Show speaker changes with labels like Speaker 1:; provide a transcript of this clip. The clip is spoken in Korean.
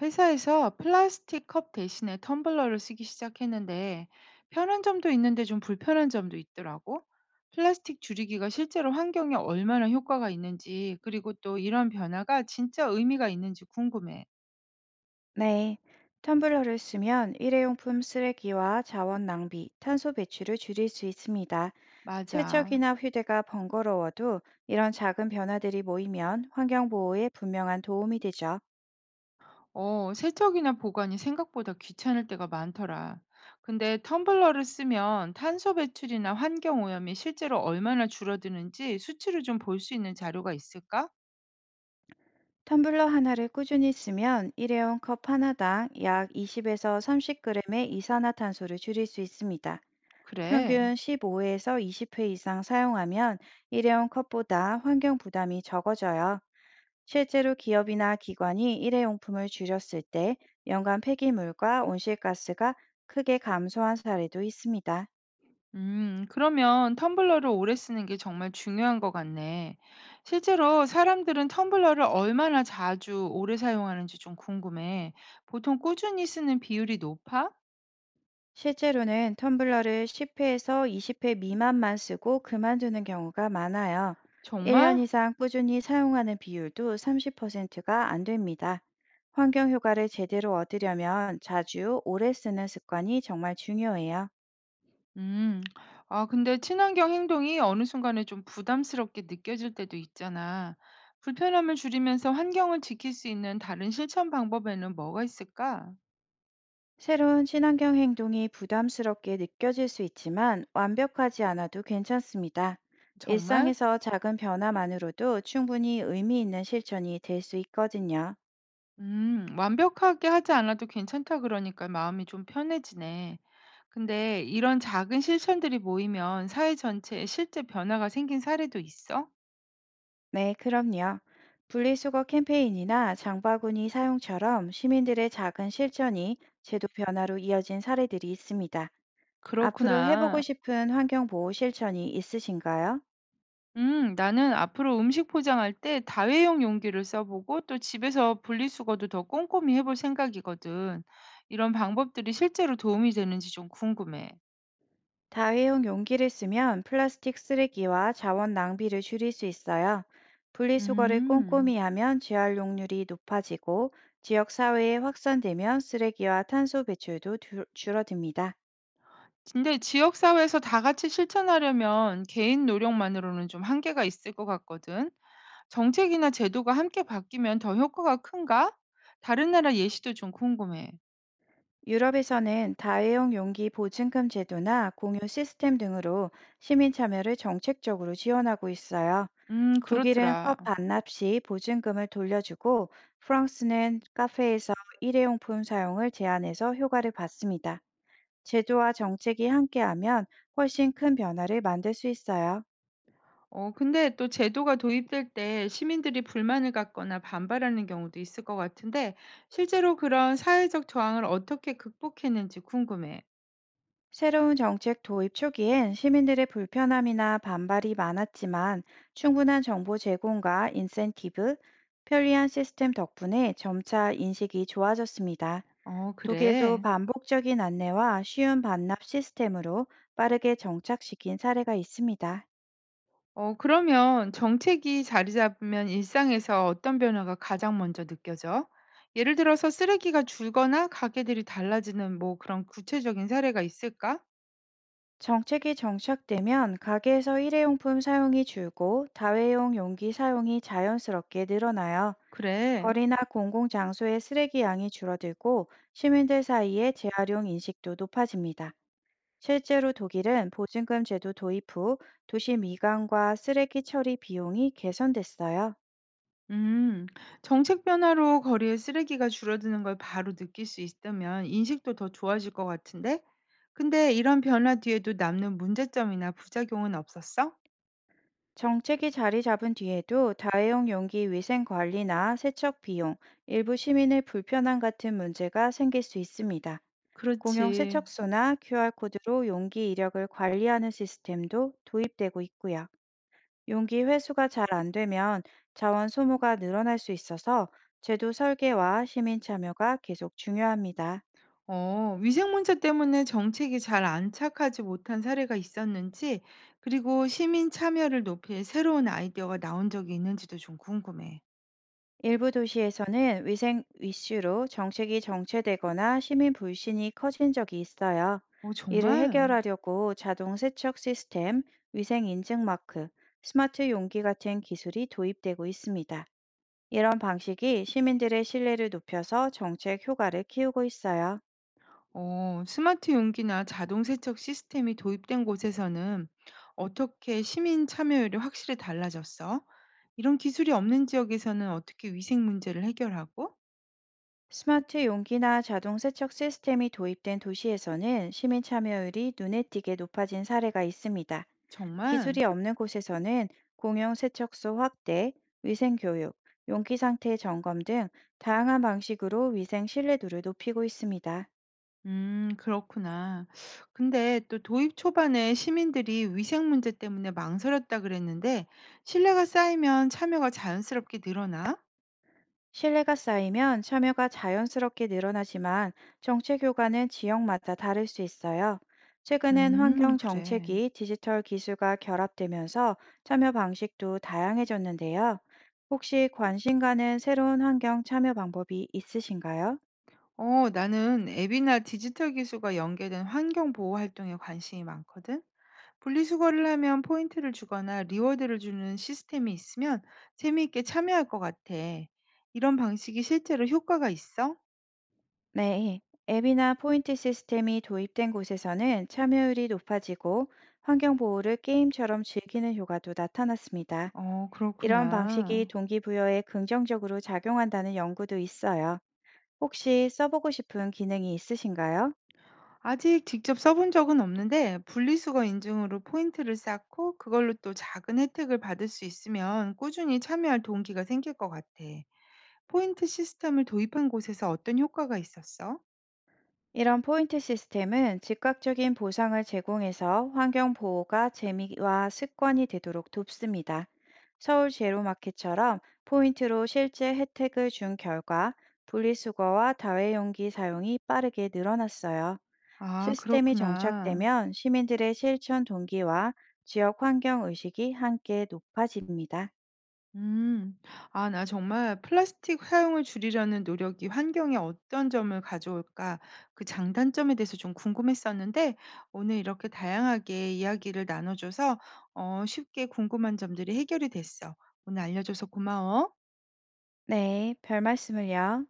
Speaker 1: 회사에서 플라스틱 컵 대신에 텀블러를 쓰기 시작했는데 편한 점도 있는데 좀 불편한 점도 있더라고. 플라스틱 줄이기가 실제로 환경에 얼마나 효과가 있는지, 그리고 또 이런 변화가 진짜 의미가 있는지 궁금해.
Speaker 2: 네. 텀블러를 쓰면 일회용품 쓰레기와 자원 낭비, 탄소 배출을 줄일 수 있습니다.
Speaker 1: 맞아.
Speaker 2: 세척이나 휴대가 번거로워도 이런 작은 변화들이 모이면 환경 보호에 분명한 도움이 되죠.
Speaker 1: 세척이나 보관이 생각보다 귀찮을 때가 많더라. 근데 텀블러를 쓰면 탄소 배출이나 환경 오염이 실제로 얼마나 줄어드는지 수치로 좀 볼 수 있는 자료가 있을까?
Speaker 2: 텀블러 하나를 꾸준히 쓰면 일회용 컵 하나당 약 20에서 30g의 이산화탄소를 줄일 수 있습니다.
Speaker 1: 그래.
Speaker 2: 평균 15에서 20회 이상 사용하면 일회용 컵보다 환경 부담이 적어져요. 실제로 기업이나 기관이 일회용품을 줄였을 때 연간 폐기물과 온실가스가 크게 감소한 사례도 있습니다.
Speaker 1: 그러면 텀블러를 오래 쓰는 게 정말 중요한 것 같네. 실제로 사람들은 텀블러를 얼마나 자주 오래 사용하는지 좀 궁금해. 보통 꾸준히 쓰는 비율이 높아?
Speaker 2: 실제로는 텀블러를 10회에서 20회 미만만 쓰고 그만두는 경우가 많아요. 1년
Speaker 1: 정말?
Speaker 2: 이상 꾸준히 사용하는 비율도 30%가 안 됩니다. 환경 효과를 제대로 얻으려면 자주 오래 쓰는 습관이 정말 중요해요.
Speaker 1: 음. 아, 근데 친환경 행동이 어느 순간에 좀 부담스럽게 느껴질 때도 있잖아. 불편함을 줄이면서 환경을 지킬 수 있는 다른 실천 방법에는 뭐가 있을까?
Speaker 2: 새로운 친환경 행동이 부담스럽게 느껴질 수 있지만 완벽하지 않아도 괜찮습니다.
Speaker 1: 정말?
Speaker 2: 일상에서 작은 변화만으로도 충분히 의미 있는 실천이 될 수 있거든요.
Speaker 1: 완벽하게 하지 않아도 괜찮다 그러니까 마음이 좀 편해지네. 근데 이런 작은 실천들이 모이면 사회 전체에 실제 변화가 생긴 사례도 있어?
Speaker 2: 네, 그럼요. 분리수거 캠페인이나 장바구니 사용처럼 시민들의 작은 실천이 제도 변화로 이어진 사례들이 있습니다. 앞으로 해보고
Speaker 1: 그렇구나.
Speaker 2: 싶은 환경보호 실천이 있으신가요?
Speaker 1: 나는 앞으로 음식 포장할 때 다회용 용기를 써보고 또 집에서 분리수거도 더 꼼꼼히 해볼 생각이거든. 이런 방법들이 실제로 도움이 되는지 좀 궁금해.
Speaker 2: 다회용 용기를 쓰면 플라스틱 쓰레기와 자원 낭비를 줄일 수 있어요. 분리수거를
Speaker 1: 음.
Speaker 2: 꼼꼼히 하면 재활용률이 높아지고 지역 사회에 확산되면 쓰레기와 탄소 배출도 줄어듭니다.
Speaker 1: 근데 지역사회에서 다 같이 실천하려면 개인 노력만으로는 좀 한계가 있을 것 같거든. 정책이나 제도가 함께 바뀌면 더 효과가 큰가? 다른 나라 예시도 좀 궁금해.
Speaker 2: 유럽에서는 다회용 용기 보증금 제도나 공유 시스템 등으로 시민 참여를 정책적으로 지원하고 있어요. 독일은
Speaker 1: 그렇더라.
Speaker 2: 컵 반납 시 보증금을 돌려주고 프랑스는 카페에서 일회용품 사용을 제한해서 효과를 봤습니다. 제도와 정책이 함께하면 훨씬 큰 변화를 만들 수 있어요.
Speaker 1: 근데 또 제도가 도입될 때 시민들이 불만을 갖거나 반발하는 경우도 있을 것 같은데, 실제로 그런 사회적 저항을 어떻게 극복했는지 궁금해.
Speaker 2: 새로운 정책 도입 초기엔 시민들의 불편함이나 반발이 많았지만 충분한 정보 제공과 인센티브, 편리한 시스템 덕분에 점차 인식이 좋아졌습니다.
Speaker 1: 어,
Speaker 2: 독일도
Speaker 1: 그래.
Speaker 2: 반복적인 안내와 쉬운 반납 시스템으로 빠르게 정착시킨 사례가 있습니다.
Speaker 1: 그러면 정책이 자리 잡으면 일상에서 어떤 변화가 가장 먼저 느껴져? 예를 들어서 쓰레기가 줄거나 가게들이 달라지는 뭐 그런 구체적인 사례가 있을까?
Speaker 2: 정책이 정착되면 가게에서 일회용품 사용이 줄고 다회용 용기 사용이 자연스럽게 늘어나요.
Speaker 1: 그래.
Speaker 2: 거리나 공공장소의 쓰레기 양이 줄어들고 시민들 사이의 재활용 인식도 높아집니다. 실제로 독일은 보증금 제도 도입 후 도시 미관과 쓰레기 처리 비용이 개선됐어요.
Speaker 1: 음. 정책 변화로 거리에 쓰레기가 줄어드는 걸 바로 느낄 수 있다면 인식도 더 좋아질 것 같은데? 근데 이런 변화 뒤에도 남는 문제점이나 부작용은 없었어?
Speaker 2: 정책이 자리 잡은 뒤에도 다회용 용기 위생 관리나 세척 비용, 일부 시민의 불편함 같은 문제가 생길 수 있습니다. 공용
Speaker 1: 그렇지.
Speaker 2: 세척소나 QR코드로 용기 이력을 관리하는 시스템도 도입되고 있고요. 용기 회수가 잘 안 되면 자원 소모가 늘어날 수 있어서 제도 설계와 시민 참여가 계속 중요합니다.
Speaker 1: 위생 문제 때문에 정책이 잘 안착하지 못한 사례가 있었는지, 그리고 시민 참여를 높일 새로운 아이디어가 나온 적이 있는지도 좀 궁금해.
Speaker 2: 일부 도시에서는 위생 이슈로 정책이 정체되거나 시민 불신이 커진 적이 있어요.
Speaker 1: 어,
Speaker 2: 이를
Speaker 1: 정말?
Speaker 2: 해결하려고 자동 세척 시스템, 위생 인증 마크, 스마트 용기 같은 기술이 도입되고 있습니다. 이런 방식이 시민들의 신뢰를 높여서 정책 효과를 키우고 있어요.
Speaker 1: 스마트 용기나 자동 세척 시스템이 도입된 곳에서는 어떻게 시민 참여율이 확실히 달라졌어? 이런 기술이 없는 지역에서는 어떻게 위생 문제를 해결하고?
Speaker 2: 스마트 용기나 자동 세척 시스템이 도입된 도시에서는 시민 참여율이 눈에 띄게 높아진 사례가 있습니다.
Speaker 1: 정말?
Speaker 2: 기술이 없는 곳에서는 공용 세척소 확대, 위생 교육, 용기 상태 점검 등 다양한 방식으로 위생 신뢰도를 높이고 있습니다.
Speaker 1: 그렇구나. 근데 또 도입 초반에 시민들이 위생 문제 때문에 망설였다 그랬는데, 신뢰가 쌓이면 참여가 자연스럽게 늘어나?
Speaker 2: 신뢰가 쌓이면 참여가 자연스럽게 늘어나지만 정책 효과는 지역마다 다를 수 있어요. 최근엔 환경
Speaker 1: 그래.
Speaker 2: 정책이 디지털 기술과 결합되면서 참여 방식도 다양해졌는데요. 혹시 관심 가는 새로운 환경 참여 방법이 있으신가요?
Speaker 1: 나는 앱이나 디지털 기술과 연계된 환경 보호 활동에 관심이 많거든. 분리수거를 하면 포인트를 주거나 리워드를 주는 시스템이 있으면 재미있게 참여할 것 같아. 이런 방식이 실제로 효과가 있어?
Speaker 2: 네. 앱이나 포인트 시스템이 도입된 곳에서는 참여율이 높아지고 환경 보호를 게임처럼 즐기는 효과도 나타났습니다.
Speaker 1: 어,
Speaker 2: 이런 방식이
Speaker 1: 그렇구나.
Speaker 2: 동기부여에 긍정적으로 작용한다는 연구도 있어요. 혹시 써보고 싶은 기능이 있으신가요?
Speaker 1: 아직 직접 써본 적은 없는데 분리수거 인증으로 포인트를 쌓고 그걸로 또 작은 혜택을 받을 수 있으면 꾸준히 참여할 동기가 생길 것 같아. 포인트 시스템을 도입한 곳에서 어떤 효과가 있었어?
Speaker 2: 이런 포인트 시스템은 즉각적인 보상을 제공해서 환경 보호가 재미와 습관이 되도록 돕습니다. 서울 제로마켓처럼 포인트로 실제 혜택을 준 결과 분리수거와 다회용기 사용이 빠르게 늘어났어요.
Speaker 1: 아,
Speaker 2: 시스템이
Speaker 1: 그렇구나.
Speaker 2: 정착되면 시민들의 실천 동기와 지역 환경 의식이 함께 높아집니다.
Speaker 1: 음. 아, 나 정말 '플라스틱 사용을 줄이려는 노력이 환경에 어떤 점을 가져올까?' 그 장단점에 대해서 좀 궁금했었는데 오늘 이렇게 다양하게 이야기를 나눠 줘서 어 쉽게 궁금한 점들이 해결이 됐어. 오늘 알려 줘서 고마워.
Speaker 2: 네, 별 말씀을요.